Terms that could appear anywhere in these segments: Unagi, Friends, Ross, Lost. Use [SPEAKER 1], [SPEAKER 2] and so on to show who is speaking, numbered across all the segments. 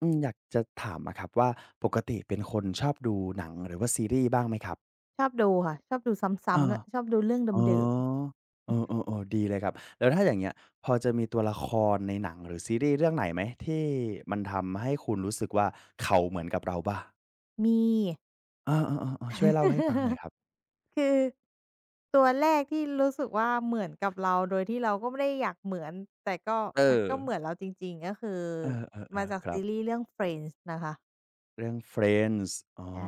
[SPEAKER 1] อยากจะถามอะครับว่าปกติเป็นคนชอบดูหนังหรือว่าซีรีส์บ้างไหมครับ
[SPEAKER 2] ชอบดูค่ะชอบดูซ
[SPEAKER 1] อา
[SPEAKER 2] ้ำๆด้วยชอบดูเรื่อง
[SPEAKER 1] อ๋อ
[SPEAKER 2] เดิม
[SPEAKER 1] เออๆๆดีเลยครับแล้วถ้าอย่างเงี้ยพอจะมีตัวละครในหนังหรือซีรีส์เรื่องไหนไหมที่มันทำให้คุณรู้สึกว่าเขาเหมือนกับเราบ้าง
[SPEAKER 2] ๆมี
[SPEAKER 1] อาๆๆๆช่วยเล่าให้ฟังหน่อย ครับ
[SPEAKER 2] คือตัวแรกที่รู้สึกว่าเหมือนกับเราโดยที่เราก็ไม่ได้อยากเหมือนแต่ก็
[SPEAKER 1] เอ
[SPEAKER 2] มัน
[SPEAKER 1] อ
[SPEAKER 2] ก็เหมือนเราจริงๆก็คือ
[SPEAKER 1] เออ
[SPEAKER 2] มา
[SPEAKER 1] ๆ
[SPEAKER 2] จาก
[SPEAKER 1] ๆครั
[SPEAKER 2] ซี
[SPEAKER 1] บ
[SPEAKER 2] รีส์เรื่อง Friends นะคะ
[SPEAKER 1] เรื่อง Friends อ๋อ
[SPEAKER 2] ใช่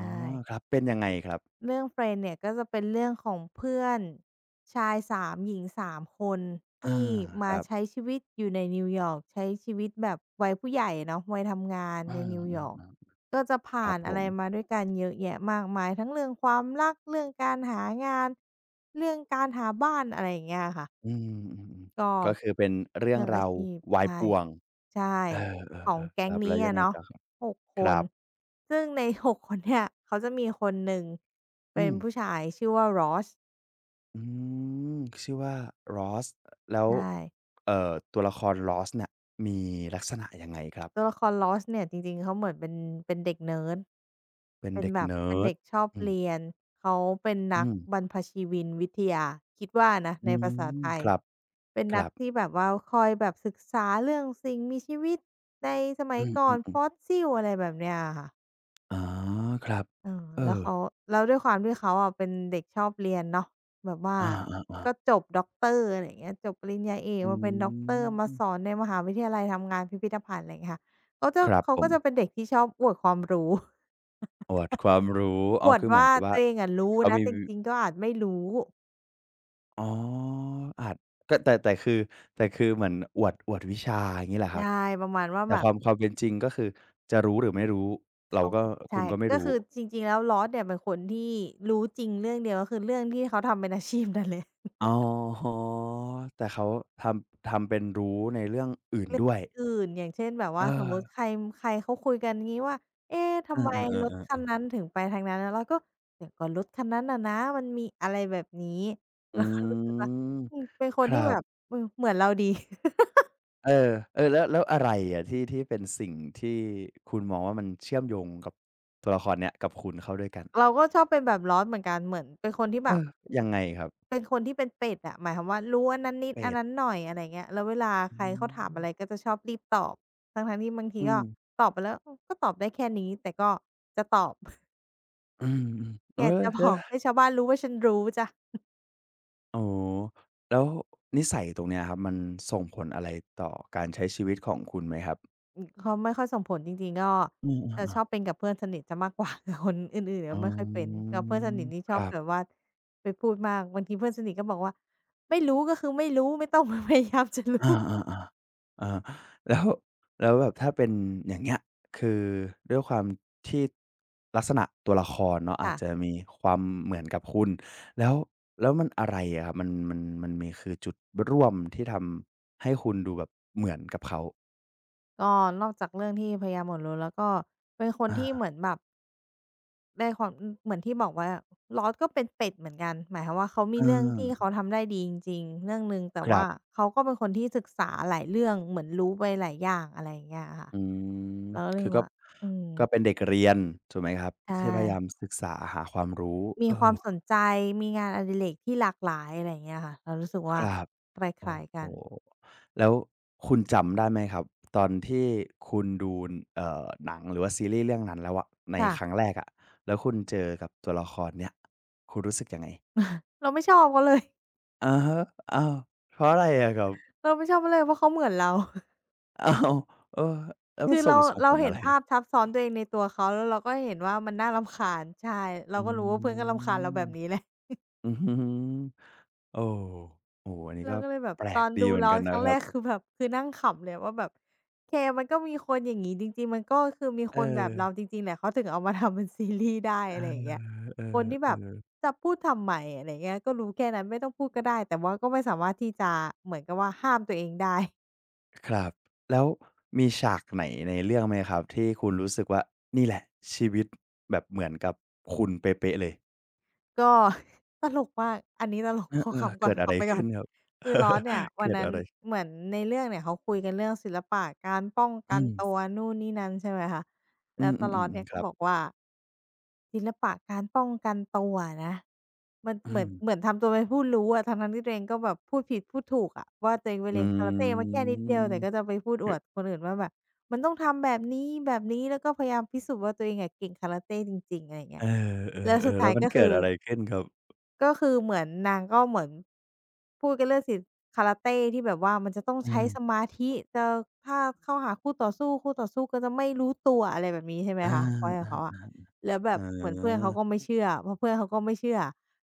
[SPEAKER 1] ครับเป็นยังไงครับ
[SPEAKER 2] เรื่อง Friends เนี่ยก็จะเป็นเรื่องของเพื่อนชายสามหญิงสามคน
[SPEAKER 1] อา
[SPEAKER 2] ที่
[SPEAKER 1] ค
[SPEAKER 2] มา
[SPEAKER 1] รับ
[SPEAKER 2] ใช้ชีวิตอยู่ในนิวยอร์กใช้ชีวิตแบบวัยผู้ใหญ่เนาะวัยทำงาน
[SPEAKER 1] อา
[SPEAKER 2] ในนิวยอร์ก
[SPEAKER 1] ๆ
[SPEAKER 2] ก็จะ
[SPEAKER 1] ๆค
[SPEAKER 2] ผ่า
[SPEAKER 1] รับ
[SPEAKER 2] น
[SPEAKER 1] ผ
[SPEAKER 2] อะไร
[SPEAKER 1] ม
[SPEAKER 2] มาด้วยกันเยอะแยะมากมายทั้งเรื่องความรักเรื่องการหางานเรื่องการหาบ้านอะไรอย่างเงี้ยค่ะ
[SPEAKER 1] อืมๆ
[SPEAKER 2] ก็
[SPEAKER 1] ๆก็คือเป็นเรื่อง
[SPEAKER 2] เรื่องอา
[SPEAKER 1] ราว
[SPEAKER 2] ชีพ
[SPEAKER 1] วาย
[SPEAKER 2] ใช่
[SPEAKER 1] ป่วง
[SPEAKER 2] ใช่
[SPEAKER 1] เอ
[SPEAKER 2] ของ
[SPEAKER 1] อๆๆค
[SPEAKER 2] แก๊ง
[SPEAKER 1] รับแล้
[SPEAKER 2] นี้
[SPEAKER 1] วยัง
[SPEAKER 2] อะ
[SPEAKER 1] ไง
[SPEAKER 2] เนาะ
[SPEAKER 1] ต่อครับ
[SPEAKER 2] 6ค
[SPEAKER 1] ครั
[SPEAKER 2] น
[SPEAKER 1] บ
[SPEAKER 2] ซึ่งใน 6คนเนี่ยเขาจะมีคนหนึ่ง
[SPEAKER 1] อื
[SPEAKER 2] เป็น
[SPEAKER 1] ม
[SPEAKER 2] ผู้ชายชื่อว่า Ross
[SPEAKER 1] อืมชื่อว่า Ross แล้ว
[SPEAKER 2] ใช่
[SPEAKER 1] เอ่อตัวละคร Ross เนี่ยมีลักษณะยังไงครับ
[SPEAKER 2] ตัวละคร Ross เนี่ยจริงๆเขาเหมือนเป็นเด็กเนิร์ด
[SPEAKER 1] เป็น
[SPEAKER 2] เป็น
[SPEAKER 1] เด็ก
[SPEAKER 2] แบบ
[SPEAKER 1] เนิ
[SPEAKER 2] เป็น
[SPEAKER 1] ร์ด
[SPEAKER 2] เด็กชอบ
[SPEAKER 1] อืม
[SPEAKER 2] เรียนเขาเป็นนั
[SPEAKER 1] อื
[SPEAKER 2] ก
[SPEAKER 1] ม
[SPEAKER 2] บรรพชีวินวิทยาคิดว่านะ
[SPEAKER 1] อื
[SPEAKER 2] ในภาษาไทย
[SPEAKER 1] คร
[SPEAKER 2] เป็นนั
[SPEAKER 1] ั
[SPEAKER 2] ก
[SPEAKER 1] บ
[SPEAKER 2] ที่
[SPEAKER 1] ๆ
[SPEAKER 2] แบบว่าคอยแบบศึกษาเรื่องสิ่งมีชีวิตในสมั
[SPEAKER 1] อื
[SPEAKER 2] ย
[SPEAKER 1] ม
[SPEAKER 2] ก่อนฟ
[SPEAKER 1] ๆ
[SPEAKER 2] อส
[SPEAKER 1] ๆ
[SPEAKER 2] ซิลอะไรแบบเนี้ยอะค่ะ
[SPEAKER 1] อ๋อครับ
[SPEAKER 2] เออ
[SPEAKER 1] เอ
[SPEAKER 2] แล้ว
[SPEAKER 1] อ
[SPEAKER 2] เขาแล้วด้วยความที่เขาอะเป็นเด็กชอบเรียนเนาะแบบว่า
[SPEAKER 1] อา
[SPEAKER 2] ก็
[SPEAKER 1] ๆ
[SPEAKER 2] จ
[SPEAKER 1] ๆ
[SPEAKER 2] บด็อกเตอร์อะไรอย่างเงี้ยจบปริญญาเอก
[SPEAKER 1] อื
[SPEAKER 2] มาเป็นด็อกเตอร์มาสอ
[SPEAKER 1] ม
[SPEAKER 2] นในมหาวิทยาลัยทำงานพิพิธภัณฑ์อะไรอย่างเงี้ยค่ะเขาจะ
[SPEAKER 1] ครับ
[SPEAKER 2] เขา
[SPEAKER 1] ผ
[SPEAKER 2] ก็
[SPEAKER 1] ม
[SPEAKER 2] จะเป็นเด็กที่ชอบอวดความรู้
[SPEAKER 1] อวดความรู้อ๋
[SPEAKER 2] อ
[SPEAKER 1] อ
[SPEAKER 2] วด
[SPEAKER 1] คือเหมือน
[SPEAKER 2] ว่า
[SPEAKER 1] กับว่า
[SPEAKER 2] ตัวเองอะรู้
[SPEAKER 1] เขา
[SPEAKER 2] นะ
[SPEAKER 1] มี
[SPEAKER 2] แต่จริงๆก็อาจไม่รู้
[SPEAKER 1] อ๋ออาจก็แต่คือเหมือนอวดอวดวิชาอย่างงี้เหรอครั
[SPEAKER 2] ใช่
[SPEAKER 1] บ
[SPEAKER 2] ประมาณว่า
[SPEAKER 1] แต่
[SPEAKER 2] แบ
[SPEAKER 1] ค
[SPEAKER 2] บ
[SPEAKER 1] วามความเป็นจริงก็คือจะรู้หรือไม่รู้เรา
[SPEAKER 2] เขา
[SPEAKER 1] ก็คุ
[SPEAKER 2] ใช่
[SPEAKER 1] ณก็ไม่
[SPEAKER 2] ก็
[SPEAKER 1] รู้
[SPEAKER 2] คือจริงๆแล้ว Ross เนี่ยเป็นคนที่รู้จริงเรื่องเดียวก็คือเรื่องที่เขาทำเป็นอาชีพนั่นแหละ
[SPEAKER 1] อ๋อแต่เขาทำทำเป็นรู้ในเรื่องอื่น
[SPEAKER 2] เรื่อง
[SPEAKER 1] ด้วย
[SPEAKER 2] อื่นๆอย่างเช่นแบบ
[SPEAKER 1] เอ
[SPEAKER 2] ว่าสม
[SPEAKER 1] อ
[SPEAKER 2] มุติใครใครเขาคุยกันงี้ว่าเอ๊ะ
[SPEAKER 1] เออ
[SPEAKER 2] ทำไมรถคัน
[SPEAKER 1] ๆๆ
[SPEAKER 2] นั้
[SPEAKER 1] ๆ
[SPEAKER 2] นถึงไปทางนั้นแล้วเราก็เนี่ยก็รถคันนั้นน่ะนะมันมีอะไรแบบนี้
[SPEAKER 1] อื
[SPEAKER 2] เราก็รู้สึกว่า
[SPEAKER 1] ม
[SPEAKER 2] อืมเป็นค
[SPEAKER 1] ค
[SPEAKER 2] น
[SPEAKER 1] รั
[SPEAKER 2] ที่แบ
[SPEAKER 1] บ
[SPEAKER 2] บเออเหมือนเราดี
[SPEAKER 1] เออเออแล้วอะไรอะที่เป็นสิ่งที่คุณมองว่ามันเชื่อมโยงกับตัวละครเนี้ยกับคุณเข้าด้วยกัน
[SPEAKER 2] เราก็ชอบเป็นแบบลอสเหมือนกันเหมือนเป็นคนที่
[SPEAKER 1] เอ
[SPEAKER 2] แบบ
[SPEAKER 1] อ
[SPEAKER 2] อ
[SPEAKER 1] ยังไงครับ
[SPEAKER 2] เป็นคนที่เป็นเป็ดอะหมายความว่ารู้อันนั้นนิด
[SPEAKER 1] เปร
[SPEAKER 2] อัน
[SPEAKER 1] ต
[SPEAKER 2] นั้นหน่อยอะไรอย่างเงี้ยแล้วเวลา
[SPEAKER 1] อื
[SPEAKER 2] ใครเขาถามอะไร
[SPEAKER 1] ม
[SPEAKER 2] ก็จะชอบรีบตอบทั้งๆที่บางที
[SPEAKER 1] อื
[SPEAKER 2] ก็
[SPEAKER 1] ม
[SPEAKER 2] ตอบไปแล้วอืมก็ตอบได้แค่นี้แต่ก็จะตอบ
[SPEAKER 1] อืมๆเอ
[SPEAKER 2] อ
[SPEAKER 1] อ
[SPEAKER 2] ยากจะบ
[SPEAKER 1] แล้ว
[SPEAKER 2] อกให้ชาวบ้านรู้ว่าฉันรู้จ้ะ
[SPEAKER 1] อ๋อแล้วนิสัยตรงเนี้ยครับมันส่งผลอะไรต่อการใช้ชีวิตของคุณไหมครับ
[SPEAKER 2] อือเขาไม่ค่อยส่งผลจริงๆก็
[SPEAKER 1] อื
[SPEAKER 2] จะ
[SPEAKER 1] มๆ
[SPEAKER 2] ชอบเป็น
[SPEAKER 1] ๆ
[SPEAKER 2] กับเพื่อนสนิทเสียมากกว่า แต่คนอื่นๆเนี่
[SPEAKER 1] อ๋
[SPEAKER 2] ยไม่ค่อยเป็น
[SPEAKER 1] อ
[SPEAKER 2] กับเพื่อนสนิทนี่ช
[SPEAKER 1] ค
[SPEAKER 2] อบ
[SPEAKER 1] รั
[SPEAKER 2] แบบ
[SPEAKER 1] บ
[SPEAKER 2] ว่าไปพูดมากบางทีเพื่อนสนิทก็บอกว่าไม่รู้ก็คือไม่รู้ไม่ต้องมาพยายามจะ
[SPEAKER 1] อา
[SPEAKER 2] รู้
[SPEAKER 1] ๆๆอาแล้วแบบถ้าเป็นอย่างเงี้ยคือด้วยความที่ลักษณะตัวละครเนาะอาจ
[SPEAKER 2] ค่ะ
[SPEAKER 1] จะมีความเหมือนกับคุณแล้วแล้วมันอะไรอะครับมันมีคือจุดร่วมที่ทำให้คุณดูแบบเหมือนกับเขา
[SPEAKER 2] ก็นอกจากเรื่องที่พยายามอดรู้แล้วก็เป็นคน
[SPEAKER 1] อา
[SPEAKER 2] ที่เหมือนแบบ ในความเหมือนที่บอกว่า Lost ก็เป็นเป็ดเหมือนกันหมายความว่าเขา
[SPEAKER 1] เอ
[SPEAKER 2] มีเรื่องที่เขา
[SPEAKER 1] อ
[SPEAKER 2] ทำได้ดีจริงๆเรื่องหนึ่งแต่
[SPEAKER 1] ครั
[SPEAKER 2] ว่า
[SPEAKER 1] บ
[SPEAKER 2] เขาก็เป็นคนที่ศึกษาหลายเรื่องเหมือนรู้ไปหลายอย่างอะไรอย่างเงี้ยอค่ะ
[SPEAKER 1] อืม
[SPEAKER 2] เราก็เลย
[SPEAKER 1] คือก็
[SPEAKER 2] ว่าอืม
[SPEAKER 1] ก็เป็นเด็กเรียนถูกไหมครับ
[SPEAKER 2] ใช
[SPEAKER 1] ที่พยายาม
[SPEAKER 2] ่
[SPEAKER 1] ศึกษาหาความรู้
[SPEAKER 2] มี
[SPEAKER 1] เออ
[SPEAKER 2] ความสนใจมีงานอดิเรกที่หลากหลายอะไรอย่างเงี้ยค่ะเรารู้สึก
[SPEAKER 1] ค
[SPEAKER 2] ว่า
[SPEAKER 1] รับ
[SPEAKER 2] ค
[SPEAKER 1] โอ้
[SPEAKER 2] ล้ายๆ
[SPEAKER 1] โฮ
[SPEAKER 2] กัน
[SPEAKER 1] แล้วคุณจำได้ไหมครับตอนที่คุณดูหนังหรือว่าซีรีส์เรื่องนั้นแล้วอะใน
[SPEAKER 2] ค่ะ
[SPEAKER 1] ครั้งแรกอะแล้วคุณเจอกับตัวละครเนี้ยคุณรู้สึกยังไง
[SPEAKER 2] เราไม่ชอบเขาเลย
[SPEAKER 1] อะฮะอ้าวเพราะอะไรอะครับ
[SPEAKER 2] เราไม่ชอบเขาเลยเพราะเขาเหมือนเรา
[SPEAKER 1] อ้าวเออแล้วมั
[SPEAKER 2] คื
[SPEAKER 1] น
[SPEAKER 2] อ
[SPEAKER 1] ส่งส่งผ
[SPEAKER 2] เรา
[SPEAKER 1] ลอะ
[SPEAKER 2] เห็น
[SPEAKER 1] ไร
[SPEAKER 2] ภาพทับซ้อนตัวเองในตัวเขาแล้วเราก็เห็นว่ามันน่ารำคาญใช่เรา
[SPEAKER 1] อื
[SPEAKER 2] ก็รู้ว่าเพื่อนก็รำคาญเรา
[SPEAKER 1] ม
[SPEAKER 2] แบบนี้แหละ
[SPEAKER 1] อือฮึ โอ้โอ้โฮอันนี้
[SPEAKER 2] เรา
[SPEAKER 1] ก็
[SPEAKER 2] ก็เลยแบบ
[SPEAKER 1] แปล
[SPEAKER 2] ต
[SPEAKER 1] ก
[SPEAKER 2] อน
[SPEAKER 1] ดี
[SPEAKER 2] ดู
[SPEAKER 1] เหมือน
[SPEAKER 2] เรา
[SPEAKER 1] กัน
[SPEAKER 2] ค
[SPEAKER 1] นะ
[SPEAKER 2] รั้ง
[SPEAKER 1] ค
[SPEAKER 2] แร
[SPEAKER 1] รับ
[SPEAKER 2] ก คือแบบคือนั่งขำเลยว่าแบบเคมันก็มีคนอย่างงี้จริงๆมันก็คือมี
[SPEAKER 1] เอ
[SPEAKER 2] คนแบบเรา
[SPEAKER 1] อ
[SPEAKER 2] จริงๆแหละเขาถึงเอามาทำเป็นซีรีส์ได้
[SPEAKER 1] เ
[SPEAKER 2] อะไรอย่างเงี้ย
[SPEAKER 1] ออเอ
[SPEAKER 2] คนที่แบบ
[SPEAKER 1] อ
[SPEAKER 2] จะพูดทำไมอะไรอย่างเงี้ยก็รู้แค่นั้นไม่ต้องพูดก็ได้แต่ว่าก็ไม่สามารถที่จะเหมือนกับว่าห้ามตัวเองได้
[SPEAKER 1] ครับแล้วมีฉากไหนในเรื่องไหมครับที่คุณรู้สึกว่านี่แหละชีวิตแบบเหมือนกับคุณเป๊ะๆเลย
[SPEAKER 2] ก็ ตลกมากอันนี้ตลก
[SPEAKER 1] เอ
[SPEAKER 2] ขอ
[SPEAKER 1] อๆ
[SPEAKER 2] ขำก่
[SPEAKER 1] เกิ
[SPEAKER 2] อน
[SPEAKER 1] ดอะไร
[SPEAKER 2] ขำไปก่
[SPEAKER 1] ขึ้
[SPEAKER 2] อ
[SPEAKER 1] น
[SPEAKER 2] น
[SPEAKER 1] ครับ
[SPEAKER 2] คือ Lost เนี่ย วั
[SPEAKER 1] เกิ
[SPEAKER 2] น
[SPEAKER 1] ด
[SPEAKER 2] นั้
[SPEAKER 1] อะ
[SPEAKER 2] น
[SPEAKER 1] ไร
[SPEAKER 2] เหมือนในเรื่องเนี่ยเขาคุยกันเรื่องศิลปะการป้องกั
[SPEAKER 1] อื
[SPEAKER 2] น
[SPEAKER 1] ม
[SPEAKER 2] ตัวนู่นนี่นั่นใช่ไหมคะ
[SPEAKER 1] อื
[SPEAKER 2] แล้ว
[SPEAKER 1] ม
[SPEAKER 2] ตลอดเนี่
[SPEAKER 1] ๆ
[SPEAKER 2] ย
[SPEAKER 1] ๆๆค
[SPEAKER 2] ก็
[SPEAKER 1] รับ
[SPEAKER 2] บอกว่าศิลปะการป้องกันตัวนะมัน
[SPEAKER 1] อื
[SPEAKER 2] เหมือน
[SPEAKER 1] ม
[SPEAKER 2] ทำตัวเป็นผู้รู้อะทั้งนั้นที่ตัวเองก็แบบพูดผิดพูดถูกอะว่าตัวเองไป
[SPEAKER 1] อื
[SPEAKER 2] เรียนคาราเต้มาแค่นิดเดียวแต่ก็
[SPEAKER 1] ม
[SPEAKER 2] จะไปพูดอวดคนอื่นว่าแบบมันต้องทำแบบนี้แบบนี้แล้วก็พยายามพิสูจน์ว่าตัวเองอะเก่งคาราเต้จริงๆอะไรา
[SPEAKER 1] เอ
[SPEAKER 2] เงี้ยแล้วสุด
[SPEAKER 1] อๆๆแล้
[SPEAKER 2] ท้า
[SPEAKER 1] ว
[SPEAKER 2] ย
[SPEAKER 1] มัน
[SPEAKER 2] ก็
[SPEAKER 1] เกิ
[SPEAKER 2] คื
[SPEAKER 1] ด
[SPEAKER 2] อ
[SPEAKER 1] อะไรขึ้นครับ
[SPEAKER 2] ก็คือเหมือนนางก็เหมือนพูดกันเรื่องศิลป์คาราเต้ที่แบบว่ามันจะต้อง
[SPEAKER 1] เอ
[SPEAKER 2] ใช้ส
[SPEAKER 1] อ
[SPEAKER 2] มาธิจะถ้าเข้าหาคู่ต่อสู้ก็จะไม่รู้ตัวอะไรแบบนี้ใช่ไหม
[SPEAKER 1] อ
[SPEAKER 2] คะพอยต์ข
[SPEAKER 1] า
[SPEAKER 2] องเขาอะแล้วแบ
[SPEAKER 1] ๆอ๋
[SPEAKER 2] บเหมือนเพื่อนเขา
[SPEAKER 1] อ
[SPEAKER 2] ก็ไม่เชื่อพอเพื่อนเขาก็ไม่เชื่อ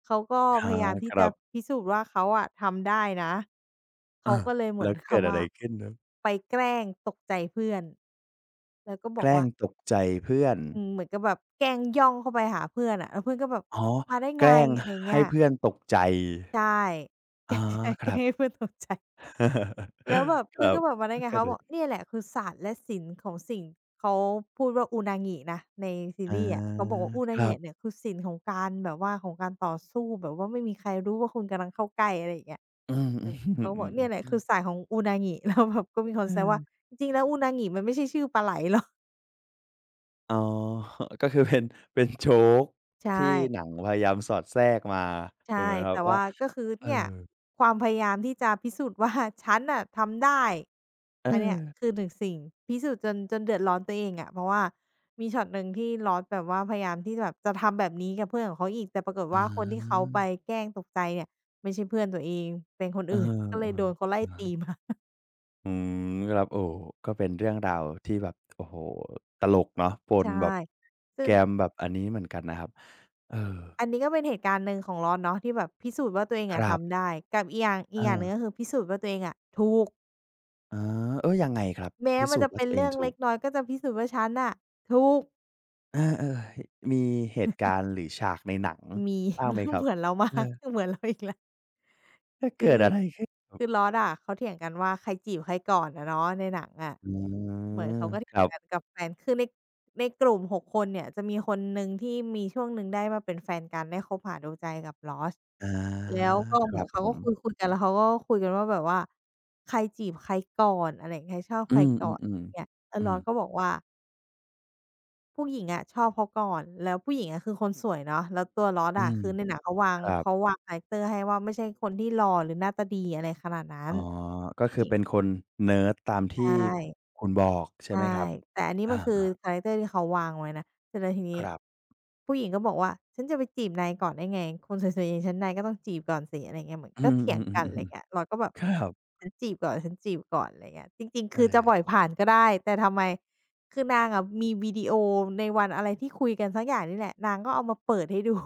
[SPEAKER 2] เขาก็
[SPEAKER 1] อา
[SPEAKER 2] พยายาม
[SPEAKER 1] ค
[SPEAKER 2] ที่
[SPEAKER 1] รั
[SPEAKER 2] จะ
[SPEAKER 1] บ
[SPEAKER 2] พิสูจน์ว่าเขาอะทำได้นะ
[SPEAKER 1] ๆ
[SPEAKER 2] เขา
[SPEAKER 1] อา
[SPEAKER 2] ก็เลยเหมื
[SPEAKER 1] แล้
[SPEAKER 2] อ
[SPEAKER 1] ว
[SPEAKER 2] น
[SPEAKER 1] เกิด
[SPEAKER 2] คำ
[SPEAKER 1] อะไร
[SPEAKER 2] ว่า
[SPEAKER 1] ขึ้นครับ
[SPEAKER 2] ไปแกล้งตกใจเพื่อนแล้วก็บ
[SPEAKER 1] แก
[SPEAKER 2] อก
[SPEAKER 1] ล้ง
[SPEAKER 2] ว่า
[SPEAKER 1] ตกใจเพื่อน
[SPEAKER 2] เหมือนกับแบบแกล้งย่องเข้าไปหาเพื่อนอะแล้วเพื่อนก็แบบ
[SPEAKER 1] อ๋อ
[SPEAKER 2] มาได้
[SPEAKER 1] แก
[SPEAKER 2] ไง
[SPEAKER 1] ล้ง
[SPEAKER 2] อะไรอย่างเงี้
[SPEAKER 1] ให้
[SPEAKER 2] ย
[SPEAKER 1] เพื่อนตกใจ
[SPEAKER 2] ใช่ แก
[SPEAKER 1] อ๋
[SPEAKER 2] ล้
[SPEAKER 1] อ
[SPEAKER 2] งใช่
[SPEAKER 1] ค
[SPEAKER 2] แกล้
[SPEAKER 1] รั
[SPEAKER 2] ง
[SPEAKER 1] บ
[SPEAKER 2] ให้เพื่อนตกใจ แล้วแบบ
[SPEAKER 1] ค
[SPEAKER 2] เพื่อน
[SPEAKER 1] รับ
[SPEAKER 2] ก็บอกมาได้
[SPEAKER 1] แล้ว
[SPEAKER 2] ไง
[SPEAKER 1] ก็
[SPEAKER 2] เขา
[SPEAKER 1] เด็
[SPEAKER 2] บอก
[SPEAKER 1] ก
[SPEAKER 2] เนี่ยแหละคือศาสตร์และศิลป์ของสิ่งเขาพูดว่าอุนางินะในซี
[SPEAKER 1] อา
[SPEAKER 2] รีส์อะเขาบอกว่าอุ
[SPEAKER 1] ค
[SPEAKER 2] นา
[SPEAKER 1] รั
[SPEAKER 2] งิ
[SPEAKER 1] บ
[SPEAKER 2] เนี่ยคือศิลป์ของการแบบว่าของการต่อสู้แบบว่าไม่มีใครรู้ว่าคุณกำลังเข้าใกล้อะไรอย่างเงี้ย
[SPEAKER 1] อืม
[SPEAKER 2] เขาก็บอกเนี่ย
[SPEAKER 1] ๆ
[SPEAKER 2] แห
[SPEAKER 1] ๆ
[SPEAKER 2] ละ
[SPEAKER 1] ๆ
[SPEAKER 2] คือศาสตร์ของอุนางิแล้วแบบก็มีค
[SPEAKER 1] เอ
[SPEAKER 2] นแซว
[SPEAKER 1] อ
[SPEAKER 2] ว่าจริงๆแล้วอุนางิมันไม่ใช่ชื่อปลาไหลหรอก
[SPEAKER 1] อ๋อ ก็คือเป็น เป็นโจ๊ก ที่
[SPEAKER 2] ใช่
[SPEAKER 1] หนังพยายามสอดแทรกมา ถูก
[SPEAKER 2] ใช่
[SPEAKER 1] ไหมครับ
[SPEAKER 2] แต่
[SPEAKER 1] ว่า
[SPEAKER 2] ว่าก็คือ
[SPEAKER 1] เออ
[SPEAKER 2] เนี่ยความพยายามที่จะพิสูจน์ว่าฉันน่ะทำได้
[SPEAKER 1] เอ
[SPEAKER 2] อันเนี้
[SPEAKER 1] อ
[SPEAKER 2] ยคือหนึ่งสิ่งพิสูจน์จนเดือดร้อนตัวเองอะเพราะว่ามีช็อตหนึ่งที่ลอตแบบว่าพยายามที่แบบจะทำแบบนี้กับเพื่อนของเขาอีกแต่ปรากฏ
[SPEAKER 1] อ
[SPEAKER 2] ว่าคนที่เขา
[SPEAKER 1] า
[SPEAKER 2] ไปแกล้งตกใจเนี่ยไม่ใช่เพื่อนตัวเองเป็นคน
[SPEAKER 1] เออ
[SPEAKER 2] อื่นก็เลยโดนเขา
[SPEAKER 1] ๆ
[SPEAKER 2] ไล่ตี
[SPEAKER 1] อา
[SPEAKER 2] มา
[SPEAKER 1] อืมครับโอ้ก็เป็นเรื่องราวที่แบบโอ้โฮตลกเนาะปน
[SPEAKER 2] ใช่
[SPEAKER 1] แบบแก
[SPEAKER 2] ซึ่ง
[SPEAKER 1] มแบบอันนี้เหมือนกันนะครับเออ
[SPEAKER 2] อันนี้ก็เป็นเหตุการณ์หนึ่งของลอตเนาะที่แบบพิสูจน์ว่าตัวเอง
[SPEAKER 1] ค
[SPEAKER 2] อะ
[SPEAKER 1] รับ
[SPEAKER 2] ทำได้กับอีกอย่างอี
[SPEAKER 1] เอ
[SPEAKER 2] กอย่างหนึ่งก็
[SPEAKER 1] อ
[SPEAKER 2] คือพิสูจน์ว่าตัวเองอะถูก
[SPEAKER 1] อ๋อเอ๊ยยังไงครับ
[SPEAKER 2] แม้
[SPEAKER 1] พิ
[SPEAKER 2] มัน
[SPEAKER 1] สูจ
[SPEAKER 2] จะ
[SPEAKER 1] น์ว่า
[SPEAKER 2] เป็
[SPEAKER 1] ตั
[SPEAKER 2] น
[SPEAKER 1] วเอง
[SPEAKER 2] เรื่อง
[SPEAKER 1] ถู
[SPEAKER 2] เล็
[SPEAKER 1] ก
[SPEAKER 2] กน้อยก็จะพิสูจน์ว่าฉันน่ะถูก
[SPEAKER 1] อาเออมีเหตุการณ์หรือฉากในหนัง
[SPEAKER 2] มี
[SPEAKER 1] บ้างไหม
[SPEAKER 2] แล้ว
[SPEAKER 1] ครั
[SPEAKER 2] เห
[SPEAKER 1] บ
[SPEAKER 2] มือนเรามา
[SPEAKER 1] เอ
[SPEAKER 2] ก
[SPEAKER 1] อ
[SPEAKER 2] เหมือนเราอีกแล้ว
[SPEAKER 1] แล้ว
[SPEAKER 2] คื
[SPEAKER 1] เกิด
[SPEAKER 2] อ
[SPEAKER 1] อะไรขึ้นครับ
[SPEAKER 2] คือลอตอะเขาเถียงกันว่าใครจีบใครก่อนอะเนาะในหนังอะ
[SPEAKER 1] อื
[SPEAKER 2] เหมือน
[SPEAKER 1] ม
[SPEAKER 2] เขาก็เถี
[SPEAKER 1] ค
[SPEAKER 2] ย
[SPEAKER 1] รั
[SPEAKER 2] ง
[SPEAKER 1] บ
[SPEAKER 2] กันกับแฟนคือในกลุ่มหกคนเนี่ยจะมีคนหนึ่งที่มีช่วงหนึ่งได้มาเป็นแฟนกันได้คบหาดูใจกับลอส
[SPEAKER 1] อา
[SPEAKER 2] แล้วก็
[SPEAKER 1] ค
[SPEAKER 2] เหมื
[SPEAKER 1] รั
[SPEAKER 2] อน
[SPEAKER 1] บ
[SPEAKER 2] เขา
[SPEAKER 1] ผ
[SPEAKER 2] ก็ค
[SPEAKER 1] ม
[SPEAKER 2] ุยๆกันแล้วเขาก็คุยกันว่าแบบว่าใครจีบใครก่อนอะไรอย่างเงี้ยชอบ
[SPEAKER 1] อื
[SPEAKER 2] ใคร
[SPEAKER 1] ม
[SPEAKER 2] ก่อ
[SPEAKER 1] ๆ
[SPEAKER 2] นอะไรอย่างเงี้ยเออ
[SPEAKER 1] ๆอื
[SPEAKER 2] ลอ
[SPEAKER 1] ม
[SPEAKER 2] สก็บอกว่า ผู้หญิงอะชอบเขาก่อน แล้วผู้หญิงอะคือคนสวยเนาะแล้วตัวล o อ s o
[SPEAKER 1] อื
[SPEAKER 2] อะ
[SPEAKER 1] ม
[SPEAKER 2] คือในหนังเขาวา
[SPEAKER 1] ค
[SPEAKER 2] ง
[SPEAKER 1] รับ
[SPEAKER 2] เขาวางคาแรกเตอร์ให้ว่าไม่ใช่คนที่หล่อหรือหน้าตาดีอะไรขนาดนั้น
[SPEAKER 1] อ๋อก็
[SPEAKER 2] ผู้
[SPEAKER 1] คื
[SPEAKER 2] ห
[SPEAKER 1] อ
[SPEAKER 2] ญิง
[SPEAKER 1] เป็นคนเนิร์ดตาม
[SPEAKER 2] ใช
[SPEAKER 1] ที่ค
[SPEAKER 2] ่
[SPEAKER 1] คุณบอกใช่
[SPEAKER 2] ใช่
[SPEAKER 1] ไหมครับ
[SPEAKER 2] แต่อันนี้มันคือ
[SPEAKER 1] อา
[SPEAKER 2] คาแรกเตอร์ที่เขาวางไว้นะเสร็จแล้วที
[SPEAKER 1] ๆค
[SPEAKER 2] นี้
[SPEAKER 1] รับ
[SPEAKER 2] ผู้หญิงก็บอกว่าฉันจะไปจีบนายก่อนได้ไงคนสวยๆอย่างฉันนายก็ต้องจีบก่อนสิอะไรเงี้ยเหมือน
[SPEAKER 1] อื
[SPEAKER 2] ก็เถียงกันอะไร
[SPEAKER 1] ม
[SPEAKER 2] เงี้ย
[SPEAKER 1] ๆ
[SPEAKER 2] เราก็แบบ
[SPEAKER 1] ๆๆครับ
[SPEAKER 2] ฉันจีบก่อนอะไรเงี้ยจริงๆ
[SPEAKER 1] เอ
[SPEAKER 2] คือจะ
[SPEAKER 1] อ
[SPEAKER 2] ปล่อยผ่านก็ได้แต่ทำไมคือนางอะมีวิดีโอในวันอะไรที่คุยกันสักอย่างนี่แหละนางก็เอามาเปิดให้ดู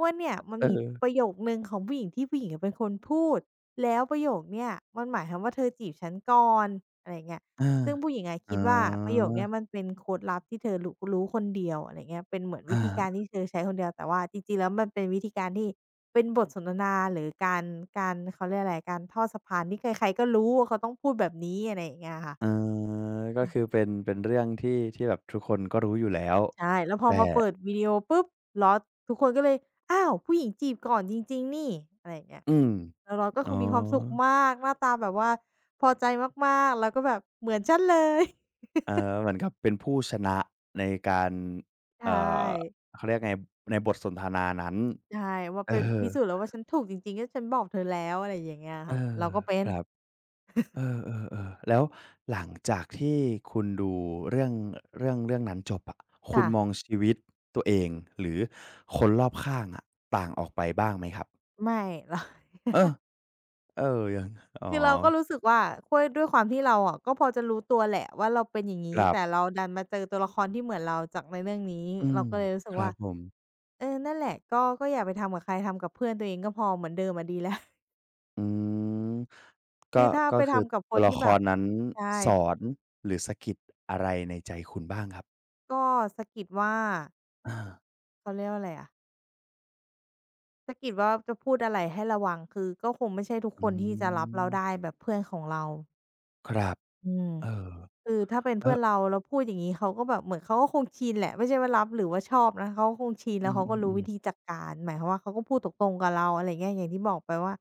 [SPEAKER 2] ว่าเนี่ยมันมีป
[SPEAKER 1] เออ
[SPEAKER 2] ระโยคหนึ่งของผู้หญิงที่ผู้หญิงอะเป็นคนพูดแล้วประโยคเนี่ยมันหมายความว่าเธอจีบฉันก่อนอะไรอย่างเงี้ย
[SPEAKER 1] อา
[SPEAKER 2] ซึ่งผู้หญิงอะ
[SPEAKER 1] อ๋
[SPEAKER 2] คิ
[SPEAKER 1] อ
[SPEAKER 2] ดว่าประโยคเนี้ยมันเป็นโค้ดลับที่เธอรู้คนเดียวอะไร่าเงี้ยเป็นเหมือนวิ
[SPEAKER 1] อา
[SPEAKER 2] ธีการที่เธอใช้คนเดียวแต่ว่าจริงๆแล้วมันเป็นวิธีการที่เป็นบทสนทนาหรือการการเขาเรียกอะไรการทอดสะพานที่ใครๆก็รู้ว่าเขาต้องพูดแบบนี้อะไรอย่างเงี้ยค่ะ
[SPEAKER 1] เออก็คือเป็นเป็นเรื่องที่ที่แบบทุกคนก็รู้อยู่แล้ว
[SPEAKER 2] ใช่แล้วพอ
[SPEAKER 1] แต่
[SPEAKER 2] มาเปิดวิดีโอปุ๊บลอ s ทุกคนก็เลย อ้าวผู้หญิงจีบก่อนจริงๆนี่อะไรอย่างเงี้ย
[SPEAKER 1] อืม
[SPEAKER 2] แล้วล o s ก็
[SPEAKER 1] อ๋อ
[SPEAKER 2] คือมีความสุขมากหน้าตาแบบว่าพอใจมากๆ แล้วก็แบบเหมือนฉันเลย
[SPEAKER 1] เออเหมือนกับเป็นผู้ชนะในการ
[SPEAKER 2] ใช่
[SPEAKER 1] เอ่อเขาเรียกไงในบทสนทนานั้น
[SPEAKER 2] ใช่ว่า
[SPEAKER 1] เอ
[SPEAKER 2] เป็น
[SPEAKER 1] อ
[SPEAKER 2] พิสูจน์แล้วว่าฉันถูกจริงๆก็ฉันบอกเธอแล้วอะไรอย่างเงี้ย
[SPEAKER 1] เอ
[SPEAKER 2] ค่ะ
[SPEAKER 1] อ
[SPEAKER 2] เราก็เป็น
[SPEAKER 1] ครับ เออๆๆแล้วหลังจากที่คุณดูเรื่องเรื่องนั้นจบอะคุณ
[SPEAKER 2] ค่ะ
[SPEAKER 1] มองชีวิตตัวเองหรือคนรอบข้างอะต่างออกไปบ้างไหมครับ
[SPEAKER 2] ไม่ เรา
[SPEAKER 1] เออเออยังอ๋อ
[SPEAKER 2] คือเราก็รู้สึกว่าค้วยด้วยความที่เราอะก็พอจะรู้ตัวแหละว่าเราเป็นอย่าง
[SPEAKER 1] ค
[SPEAKER 2] งี้
[SPEAKER 1] รั
[SPEAKER 2] แต่
[SPEAKER 1] บ
[SPEAKER 2] เราดันมาเจอตัวละครที่เหมือนเราจากในเรื่องนี้
[SPEAKER 1] อื
[SPEAKER 2] เรา
[SPEAKER 1] ม
[SPEAKER 2] ก็เลยรู้สึ
[SPEAKER 1] ค
[SPEAKER 2] ก
[SPEAKER 1] รั
[SPEAKER 2] ว่า
[SPEAKER 1] บผม
[SPEAKER 2] เออนั่นแหละก็ก็อย่าไปทำกับใครทำกับเพื่อนตัวเองก็พอเหมือนเดิมอะดีแล้ว
[SPEAKER 1] อืม
[SPEAKER 2] คื
[SPEAKER 1] ก็
[SPEAKER 2] อถ้า
[SPEAKER 1] ก็
[SPEAKER 2] ไป
[SPEAKER 1] คือ
[SPEAKER 2] ทำกับค
[SPEAKER 1] ตัว
[SPEAKER 2] น
[SPEAKER 1] ละ
[SPEAKER 2] ที่
[SPEAKER 1] ค
[SPEAKER 2] แบบ
[SPEAKER 1] รนั้น
[SPEAKER 2] ใช่
[SPEAKER 1] สอนหรือสะกิดอะไรในใจคุณบ้างครับ
[SPEAKER 2] ก็สะกิดว่า
[SPEAKER 1] อา
[SPEAKER 2] เขาเรียกว่าอะไรอะสะกิดว่าจะพูดอะไรให้ระวังคือก็คงไม่ใช่ทุกค
[SPEAKER 1] อื
[SPEAKER 2] นที่จะรับเราได้
[SPEAKER 1] ม
[SPEAKER 2] แบบเพื่อนของเรา
[SPEAKER 1] ครับ
[SPEAKER 2] อืม
[SPEAKER 1] เออ
[SPEAKER 2] คือถ้าเป็น
[SPEAKER 1] แล้
[SPEAKER 2] เพื่
[SPEAKER 1] ว
[SPEAKER 2] อนเราเราพูดอย่างงี้เขาก็แบบเหมือนเขาก็คงชินแหละไม่ใช่ว่ารับหรือว่าชอบนะเขาก็คงชิน
[SPEAKER 1] อื
[SPEAKER 2] แล้วเขาก็รู้
[SPEAKER 1] ม
[SPEAKER 2] วิ
[SPEAKER 1] ๆ
[SPEAKER 2] ธี
[SPEAKER 1] ๆ
[SPEAKER 2] จัดการหมายความว่าเขาก็พูดตรงๆกับเราอะไรอย่างเงี้ยอย่างที่บอกไปว่า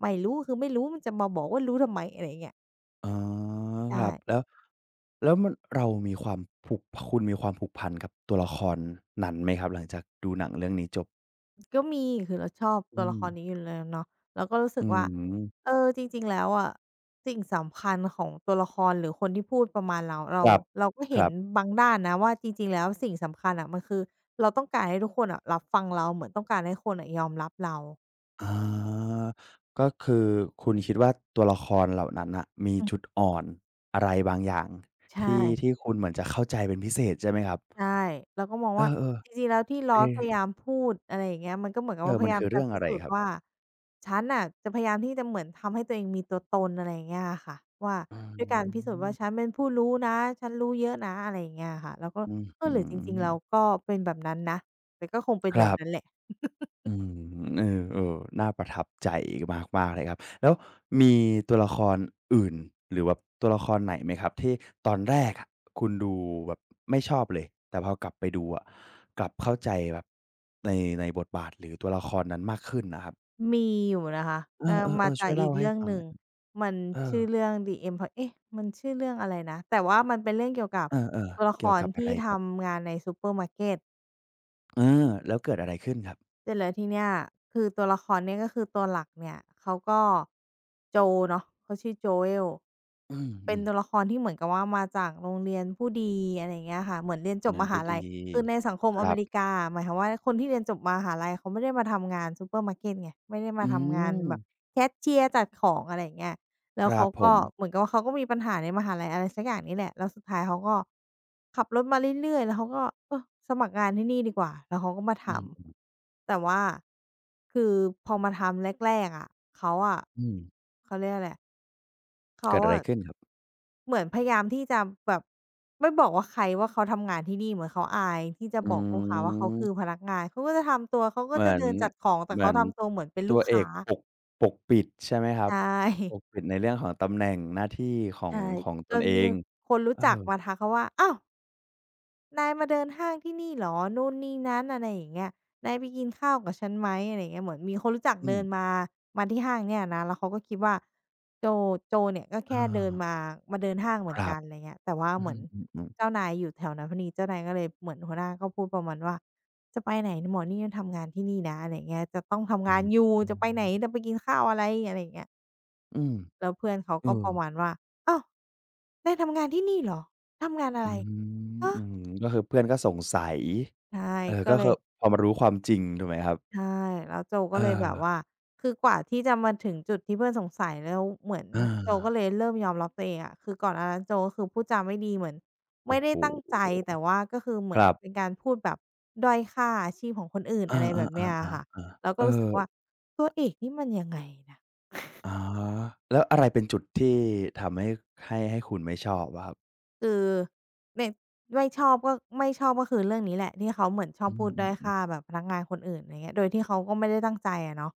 [SPEAKER 2] ไม่รู้คือไม่รู้มันจะมาบอกว่ารู้ทำไมอะไรอย่างเงี้ย
[SPEAKER 1] อ๋อค
[SPEAKER 2] ใช่
[SPEAKER 1] รับแล้วมันเรามีความผูกคุณมีความผูกพันกับตัวละครนั้นไหมครับหลังจากดูหนังเรื่องนี้จบ
[SPEAKER 2] ก็มีคือเราชอบตั
[SPEAKER 1] อื
[SPEAKER 2] วละ
[SPEAKER 1] ม
[SPEAKER 2] ครนี้อยู่แล้วเนาะเราก็รู้สึ
[SPEAKER 1] อื
[SPEAKER 2] กว่าเอ
[SPEAKER 1] ม
[SPEAKER 2] อจริงๆแล้วอะสิ่งสำคัญของตัวละครหรือคนที่พูดประมาณเรา
[SPEAKER 1] ค
[SPEAKER 2] เรา
[SPEAKER 1] รับ
[SPEAKER 2] เราก็
[SPEAKER 1] ค
[SPEAKER 2] เห็
[SPEAKER 1] รั
[SPEAKER 2] น
[SPEAKER 1] บ
[SPEAKER 2] บางด้านนะว่าจริงๆแล้วสิ่งสำคัญอะมันคือเราต้องการให้ทุกคนอะรับฟังเราเหมือนต้องการให้คนอะยอมรับเรา
[SPEAKER 1] อาก็คือคุณคิดว่าตัวละครเหล่านั้นน่ะมีจุดอ่อนอะไรบางอย่าง
[SPEAKER 2] ใช
[SPEAKER 1] ที่ที่
[SPEAKER 2] ่
[SPEAKER 1] คุณเหมือนจะเข้าใจเป็นพิเศษใช่ไหมครับ
[SPEAKER 2] ใช่เราก็มอง
[SPEAKER 1] เอ
[SPEAKER 2] ว่า
[SPEAKER 1] อ
[SPEAKER 2] จริงๆแล้วที่ล
[SPEAKER 1] ๆ
[SPEAKER 2] อ
[SPEAKER 1] ไอ้
[SPEAKER 2] สพยายามพูดอะไรอย่างเงี้ยมันก็เหมือนกับ
[SPEAKER 1] เอ
[SPEAKER 2] ว่า
[SPEAKER 1] อ
[SPEAKER 2] พ
[SPEAKER 1] มัน
[SPEAKER 2] ยายาม
[SPEAKER 1] คือ
[SPEAKER 2] จะ
[SPEAKER 1] เรื่อง
[SPEAKER 2] พิ
[SPEAKER 1] อะไร
[SPEAKER 2] สูจ
[SPEAKER 1] ค
[SPEAKER 2] น์
[SPEAKER 1] รับ
[SPEAKER 2] ว่าฉันน่ะจะพยายามที่จะเหมือนทำให้ตัวเองมีตัวตนอะไรอย่างเงี้ยอะค่ะว่า
[SPEAKER 1] อื
[SPEAKER 2] ด้วยการพิสูจน์ว่าฉัน
[SPEAKER 1] ม
[SPEAKER 2] เป็นผู้รู้นะฉันรู้เยอะนะอะไรอย่างเงี้ยค่ะเราก็
[SPEAKER 1] อื้อ
[SPEAKER 2] เออ
[SPEAKER 1] ฮือ
[SPEAKER 2] หรือจริงๆเราก็เป็นแบบนั้นนะแต่ก็คงเป็น
[SPEAKER 1] ค
[SPEAKER 2] แบ
[SPEAKER 1] รั
[SPEAKER 2] บนั้นแห
[SPEAKER 1] บ
[SPEAKER 2] ละ
[SPEAKER 1] อืมเออๆน่าประทับใจมากๆเลยครับแล้วมีตัวละครอื่นหรือแบบตัวละครไหนไหมครับที่ตอนแรกอะคุณดูแบบไม่ชอบเลยแต่พอกลับไปดูอะกลับเข้าใจแบบในบทบาทหรือตัวละครนั้นมากขึ้นน่ะครับ
[SPEAKER 2] มีอยู่นะคะ
[SPEAKER 1] เอ
[SPEAKER 2] เออมา
[SPEAKER 1] อๆๆ
[SPEAKER 2] จา
[SPEAKER 1] ช่
[SPEAKER 2] ก
[SPEAKER 1] วย
[SPEAKER 2] อี
[SPEAKER 1] เล่า
[SPEAKER 2] ก
[SPEAKER 1] ให้
[SPEAKER 2] เรื่อง
[SPEAKER 1] ฟั
[SPEAKER 2] ห
[SPEAKER 1] งห
[SPEAKER 2] นึ่ง
[SPEAKER 1] น่อย
[SPEAKER 2] มัน
[SPEAKER 1] เออ
[SPEAKER 2] ชื่อเรื่อง The Empi เอ๊ะมันชื่อเรื่องอะไรนะแต่ว่ามันเป็นเรื่องเกี่ยวกับ
[SPEAKER 1] เออ
[SPEAKER 2] ตัวละ
[SPEAKER 1] ๆ
[SPEAKER 2] ค
[SPEAKER 1] เกี่ยว
[SPEAKER 2] ร
[SPEAKER 1] กับอะ
[SPEAKER 2] ที่
[SPEAKER 1] ไร
[SPEAKER 2] ท
[SPEAKER 1] ครับ
[SPEAKER 2] ำงานในซูเปอร์มาร์เก็ต
[SPEAKER 1] เออแล้วเกิดอะไรขึ้นครับ
[SPEAKER 2] เสร็จแล้วทีเนี้ยคือตัวละครเนี่ยก็คือตัวหลักเนี่ยเขาก็โจเนาะเขาชื่อโจเ e ล
[SPEAKER 1] อื
[SPEAKER 2] เป็น
[SPEAKER 1] ม
[SPEAKER 2] ตัว
[SPEAKER 1] ๆ
[SPEAKER 2] ละครที่เหมือนกับว่ามาจากโรงเรียนผู้ดีอะไรอย่างเงี้ยค่ะเหมือนเรียนจบ
[SPEAKER 1] เงิน
[SPEAKER 2] มหา
[SPEAKER 1] ผู้
[SPEAKER 2] ลั
[SPEAKER 1] ดี
[SPEAKER 2] ยคือในสังคม
[SPEAKER 1] ค
[SPEAKER 2] อ
[SPEAKER 1] รั
[SPEAKER 2] เม
[SPEAKER 1] บ
[SPEAKER 2] ริกาหมายความว่าคนที่เรียนจบมหาลัยเขาไม่ได้มาทำงานซูเปอร์มาร์เก็ตไงไม่ได้มา
[SPEAKER 1] อื
[SPEAKER 2] ทำงาน
[SPEAKER 1] ม
[SPEAKER 2] แบบแคชเชียร์จัดของอะไรอย่างเงี้ย แล้
[SPEAKER 1] ค
[SPEAKER 2] ว
[SPEAKER 1] รั
[SPEAKER 2] เขา
[SPEAKER 1] บผ
[SPEAKER 2] ก็
[SPEAKER 1] ม
[SPEAKER 2] เหมือนกับว่าเขาก็มีปัญหาในมหาลัยอะไรสักอย่างนี่แหละแล้วสุดท้ายเขาก็ขับรถมาเรื่อยๆแล้วเขาก็เออสมัครงานที่นี่ดีกว่าแล้วเขาก็มาท
[SPEAKER 1] อื
[SPEAKER 2] ำแต่ว่าคือพอมาทำแรกๆอะเขาอะ
[SPEAKER 1] ม
[SPEAKER 2] เขาเรียกอะไรอะ
[SPEAKER 1] ๆ
[SPEAKER 2] เขา
[SPEAKER 1] เกิดอะไร
[SPEAKER 2] อะ
[SPEAKER 1] ขึ้นครับ
[SPEAKER 2] เหมือนพยายามที่จะแบบไม่บอกว่าใครว่าเขาทำงานที่นี่เหมือนเขาอายที่จะ
[SPEAKER 1] อื
[SPEAKER 2] บอกลูกค้าว่าเขาคือ
[SPEAKER 1] ม
[SPEAKER 2] พนักงานเขาก็จะทำตัวเขาก็
[SPEAKER 1] เหมื
[SPEAKER 2] จะ
[SPEAKER 1] อน
[SPEAKER 2] เดินจัดของแต่
[SPEAKER 1] เหมื
[SPEAKER 2] เขา
[SPEAKER 1] อน
[SPEAKER 2] ทำตัวเหมือนเป็น
[SPEAKER 1] ตั
[SPEAKER 2] ลู
[SPEAKER 1] ว
[SPEAKER 2] ก
[SPEAKER 1] เอ
[SPEAKER 2] ค้า
[SPEAKER 1] กปกปกปิดใช่ไหมครับ
[SPEAKER 2] ใช่
[SPEAKER 1] ปกปิดในเรื่องของตำแหน่งหน้าที่ของ
[SPEAKER 2] ใช่
[SPEAKER 1] ของต
[SPEAKER 2] จ
[SPEAKER 1] น
[SPEAKER 2] น
[SPEAKER 1] เอ
[SPEAKER 2] มี
[SPEAKER 1] ง
[SPEAKER 2] คนรู้
[SPEAKER 1] เอ
[SPEAKER 2] จักมา
[SPEAKER 1] อ
[SPEAKER 2] ทักเขาว่าอ้าวนายมาเดินห้างที่นี่เหรอนู่นนี่นั้นอะไรอย่างเงี้ยนายไปกินข้าวกับฉันไหมอะไรอย่างเงี้ยเหมือนมีคนรู้จัก
[SPEAKER 1] อืม
[SPEAKER 2] เดินมามาที่ห้างเนี่ยนะแล้วเขาก็คิดว่าโจโจเนี่ยก็
[SPEAKER 1] เอ
[SPEAKER 2] แค่เดิ
[SPEAKER 1] อ
[SPEAKER 2] นมามาเดินห้างเห
[SPEAKER 1] ค
[SPEAKER 2] มือน
[SPEAKER 1] รั
[SPEAKER 2] กั
[SPEAKER 1] บ
[SPEAKER 2] นอะไรเงี้ยแต่ว่า
[SPEAKER 1] อื
[SPEAKER 2] เหมือน
[SPEAKER 1] มๆๆ
[SPEAKER 2] เจ้านายอยู่แถวนั้นพอดีเจ้านายก็เลยเหมือนหัวหน้าก็พูดประมาณว่าจะไปไหนหมอนี่ยังทำงานที่นี่นะอะไรอย่างเงี้ยจะต้องทำ
[SPEAKER 1] อื
[SPEAKER 2] งานอ
[SPEAKER 1] ม
[SPEAKER 2] ยู่จะไปไหนจะไปกินข้าวอะไรอะไรอย่างเงี้ย
[SPEAKER 1] อืม
[SPEAKER 2] แล้วเพื่อนเขา
[SPEAKER 1] เออ
[SPEAKER 2] ก็ประมาณว่าอ้าวนายทำงานที่นี่เหรอ ทำงานอะ
[SPEAKER 1] อื
[SPEAKER 2] ไร
[SPEAKER 1] ม
[SPEAKER 2] ฮะ
[SPEAKER 1] อืมก็คือเพื่อนก็สงสัย
[SPEAKER 2] ใช่
[SPEAKER 1] เออ
[SPEAKER 2] ก็
[SPEAKER 1] ก็
[SPEAKER 2] เล
[SPEAKER 1] คือ
[SPEAKER 2] ย
[SPEAKER 1] พอมารู้ความจริงถูกไหมครับ
[SPEAKER 2] ใช่แล้วโจก็เลยแบบ
[SPEAKER 1] เออ
[SPEAKER 2] ว่าคือกว่าที่จะมาถึงจุดที่เพื่อนสงสัยแล้วเหมือนโจ
[SPEAKER 1] เอา
[SPEAKER 2] ก็เลยเริ่มยอมรับตัวเองอะคือก่อนหน้านั้นโจก็คือพูดจาไม่ดีเหมือนไม่
[SPEAKER 1] โอ้
[SPEAKER 2] ได้
[SPEAKER 1] โฮ
[SPEAKER 2] ตั้งใจแต่ว่าก็คือเห
[SPEAKER 1] ค
[SPEAKER 2] มือน
[SPEAKER 1] รับ
[SPEAKER 2] เป็นการพูดแบบด้อยค่าอาชีพของคนอื่น
[SPEAKER 1] อา
[SPEAKER 2] อะไรแบบเนี้ยอะ
[SPEAKER 1] ๆ
[SPEAKER 2] ค่ะ
[SPEAKER 1] ๆ
[SPEAKER 2] เรา
[SPEAKER 1] ๆ
[SPEAKER 2] ก็
[SPEAKER 1] เออ
[SPEAKER 2] รู้สึกว่าตัวเอกนี่มันยังไงนะ
[SPEAKER 1] อ๋อแล้วอะไรเป็นจุดที่ทำให้ให้คุณไม่ชอบอะครับ
[SPEAKER 2] คือในไม่ชอบก็ไม่ชอบก็คือเรื่องนี้แหละที่เขาเหมือนชอ
[SPEAKER 1] อื
[SPEAKER 2] บพูดด้อย
[SPEAKER 1] ม
[SPEAKER 2] ค่า
[SPEAKER 1] ๆๆ
[SPEAKER 2] แบบพนักงานคนอื่นอะไรเงี้ยโดยที่เขาก็ไม่ได้ตั้งใจอะเนาะ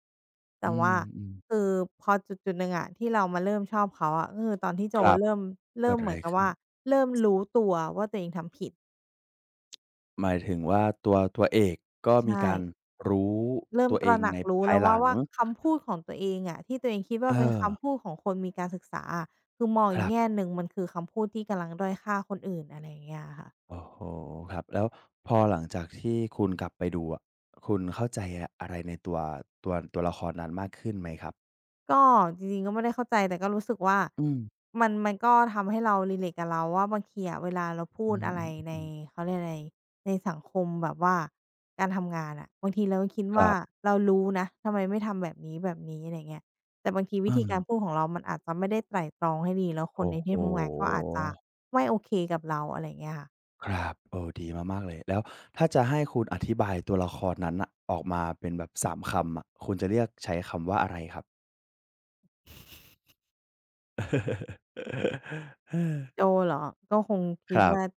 [SPEAKER 1] อื
[SPEAKER 2] แต่ว่า
[SPEAKER 1] มๆ
[SPEAKER 2] คือพอจุดๆหนึ่งอะที่เรามาเริ่มชอบเขาอะก็คือตอนที่โจ
[SPEAKER 1] ครับ
[SPEAKER 2] เริ่ม
[SPEAKER 1] เกิด
[SPEAKER 2] เห
[SPEAKER 1] อะ
[SPEAKER 2] มื
[SPEAKER 1] ไร
[SPEAKER 2] อนกับ
[SPEAKER 1] ขึ้น
[SPEAKER 2] ว่าเริ่มรู้ตัวว่าตัวเองทำผิด
[SPEAKER 1] หมายถึงว่าตัวตัวเอกก็มี
[SPEAKER 2] ใช่
[SPEAKER 1] การรู้
[SPEAKER 2] เริ่ม
[SPEAKER 1] ตัว
[SPEAKER 2] ต
[SPEAKER 1] เอ
[SPEAKER 2] ระ
[SPEAKER 1] ง
[SPEAKER 2] หนั
[SPEAKER 1] ใน
[SPEAKER 2] กรู้
[SPEAKER 1] ภาย
[SPEAKER 2] แล้ว
[SPEAKER 1] ห
[SPEAKER 2] ว่า
[SPEAKER 1] ลัง
[SPEAKER 2] ว่าคำพูดของตัวเองอะที่ตัวเองคิด
[SPEAKER 1] เอ
[SPEAKER 2] ว่าเป็น
[SPEAKER 1] อ
[SPEAKER 2] คำพูดของคนมีการศึกษาอะคือมอง
[SPEAKER 1] ค
[SPEAKER 2] อีก
[SPEAKER 1] รั
[SPEAKER 2] แง่
[SPEAKER 1] บ
[SPEAKER 2] หนึ่งมันคือคำพูดที่กำลังด้อยค่าคนอื่นอะไรอย่างเงี้ยอะค่ะ
[SPEAKER 1] โอ้โฮครับแล้วพอหลังจากที่คุณกลับไปดูอะคุณเข้าใจออะไรในตัวตัวละครนั้นมากขึ้นไหมครับ
[SPEAKER 2] ก็จริงๆก็ไม่ได้เข้าใจแต่ก็รู้สึกว่า
[SPEAKER 1] อืม
[SPEAKER 2] มันก็ทำให้เรา relate กับเราว่าบางทีอะเวลาเราพู
[SPEAKER 1] อื
[SPEAKER 2] ดอะไรใน
[SPEAKER 1] อๆๆๆ
[SPEAKER 2] เขาเรียกอะไรในสังคมแบบว่าการทำงานอะบางทีเราก็คิด
[SPEAKER 1] ครั
[SPEAKER 2] ว่า
[SPEAKER 1] บ
[SPEAKER 2] เรารู้นะทำไมไม่ทำแบบนี้ๆอะไรเงี้ยแต่บางที
[SPEAKER 1] เอ
[SPEAKER 2] วิธี
[SPEAKER 1] อ
[SPEAKER 2] การพูดของเรามันอาจจะไม่ได้ไตร่ตรองให้ดีแล้วคน
[SPEAKER 1] โอ้
[SPEAKER 2] ใน
[SPEAKER 1] โฮ
[SPEAKER 2] ที่ทำงานก็อาจจะไม่โอเคกับเราอะไรเงี้ยค่ะ
[SPEAKER 1] ครับเออดีมากๆเลยแล้วถ้าจะให้คุณอธิบายตัวละครนั้นน่ะออกมาเป็นแบบ3คำอะคุณจะเลือกใช้คำว่าอะไรครับ
[SPEAKER 2] โจเหรอก็คง
[SPEAKER 1] ค
[SPEAKER 2] คิด
[SPEAKER 1] รั
[SPEAKER 2] ว่า
[SPEAKER 1] บ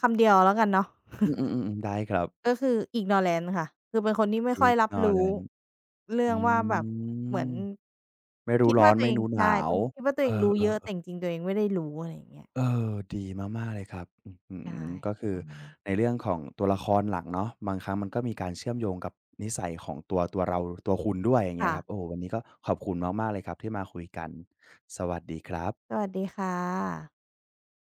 [SPEAKER 2] คำเดียวแล้วกันเนาะ
[SPEAKER 1] อืมๆๆๆได้ครับ
[SPEAKER 2] ก็คือ Ignorant ค่ะคือเป็นคนที่ไม่ค่อยรับรู้
[SPEAKER 1] Ignorant
[SPEAKER 2] เรื่อ
[SPEAKER 1] อื
[SPEAKER 2] งว่าแบบเหมือน
[SPEAKER 1] มไม่รู้
[SPEAKER 2] คิด
[SPEAKER 1] ร้อ
[SPEAKER 2] ว่า
[SPEAKER 1] น
[SPEAKER 2] ตัว
[SPEAKER 1] ไม่
[SPEAKER 2] เอง
[SPEAKER 1] รู้ห
[SPEAKER 2] ใช่
[SPEAKER 1] นา
[SPEAKER 2] เป็
[SPEAKER 1] ว
[SPEAKER 2] นคิดว่าตัว
[SPEAKER 1] เอ
[SPEAKER 2] เอ
[SPEAKER 1] อ
[SPEAKER 2] งรู้เยอะแต่
[SPEAKER 1] ๆ
[SPEAKER 2] จริงๆตัวเองไม่ได้รู้อะไรอย่างเงี้ย
[SPEAKER 1] เออดีมากๆ เลยครับอื้อฮื
[SPEAKER 2] ใช่
[SPEAKER 1] อก็คือ
[SPEAKER 2] ประมาณนั้น
[SPEAKER 1] ในเรื่องของตัวละครหลักเนาะบางครั้งมันก็มีการเชื่อมโยงกับนิสัยของตัวตัวเราตัวคุณด้วยอย่างเงี้ย
[SPEAKER 2] ค่ะ
[SPEAKER 1] ครับโอ้โฮวันนี้ก็ขอบคุณมากๆ เลยครับที่มาคุยกัน สวัสดีครั
[SPEAKER 2] ส
[SPEAKER 1] บ
[SPEAKER 2] วัสดีค่ะ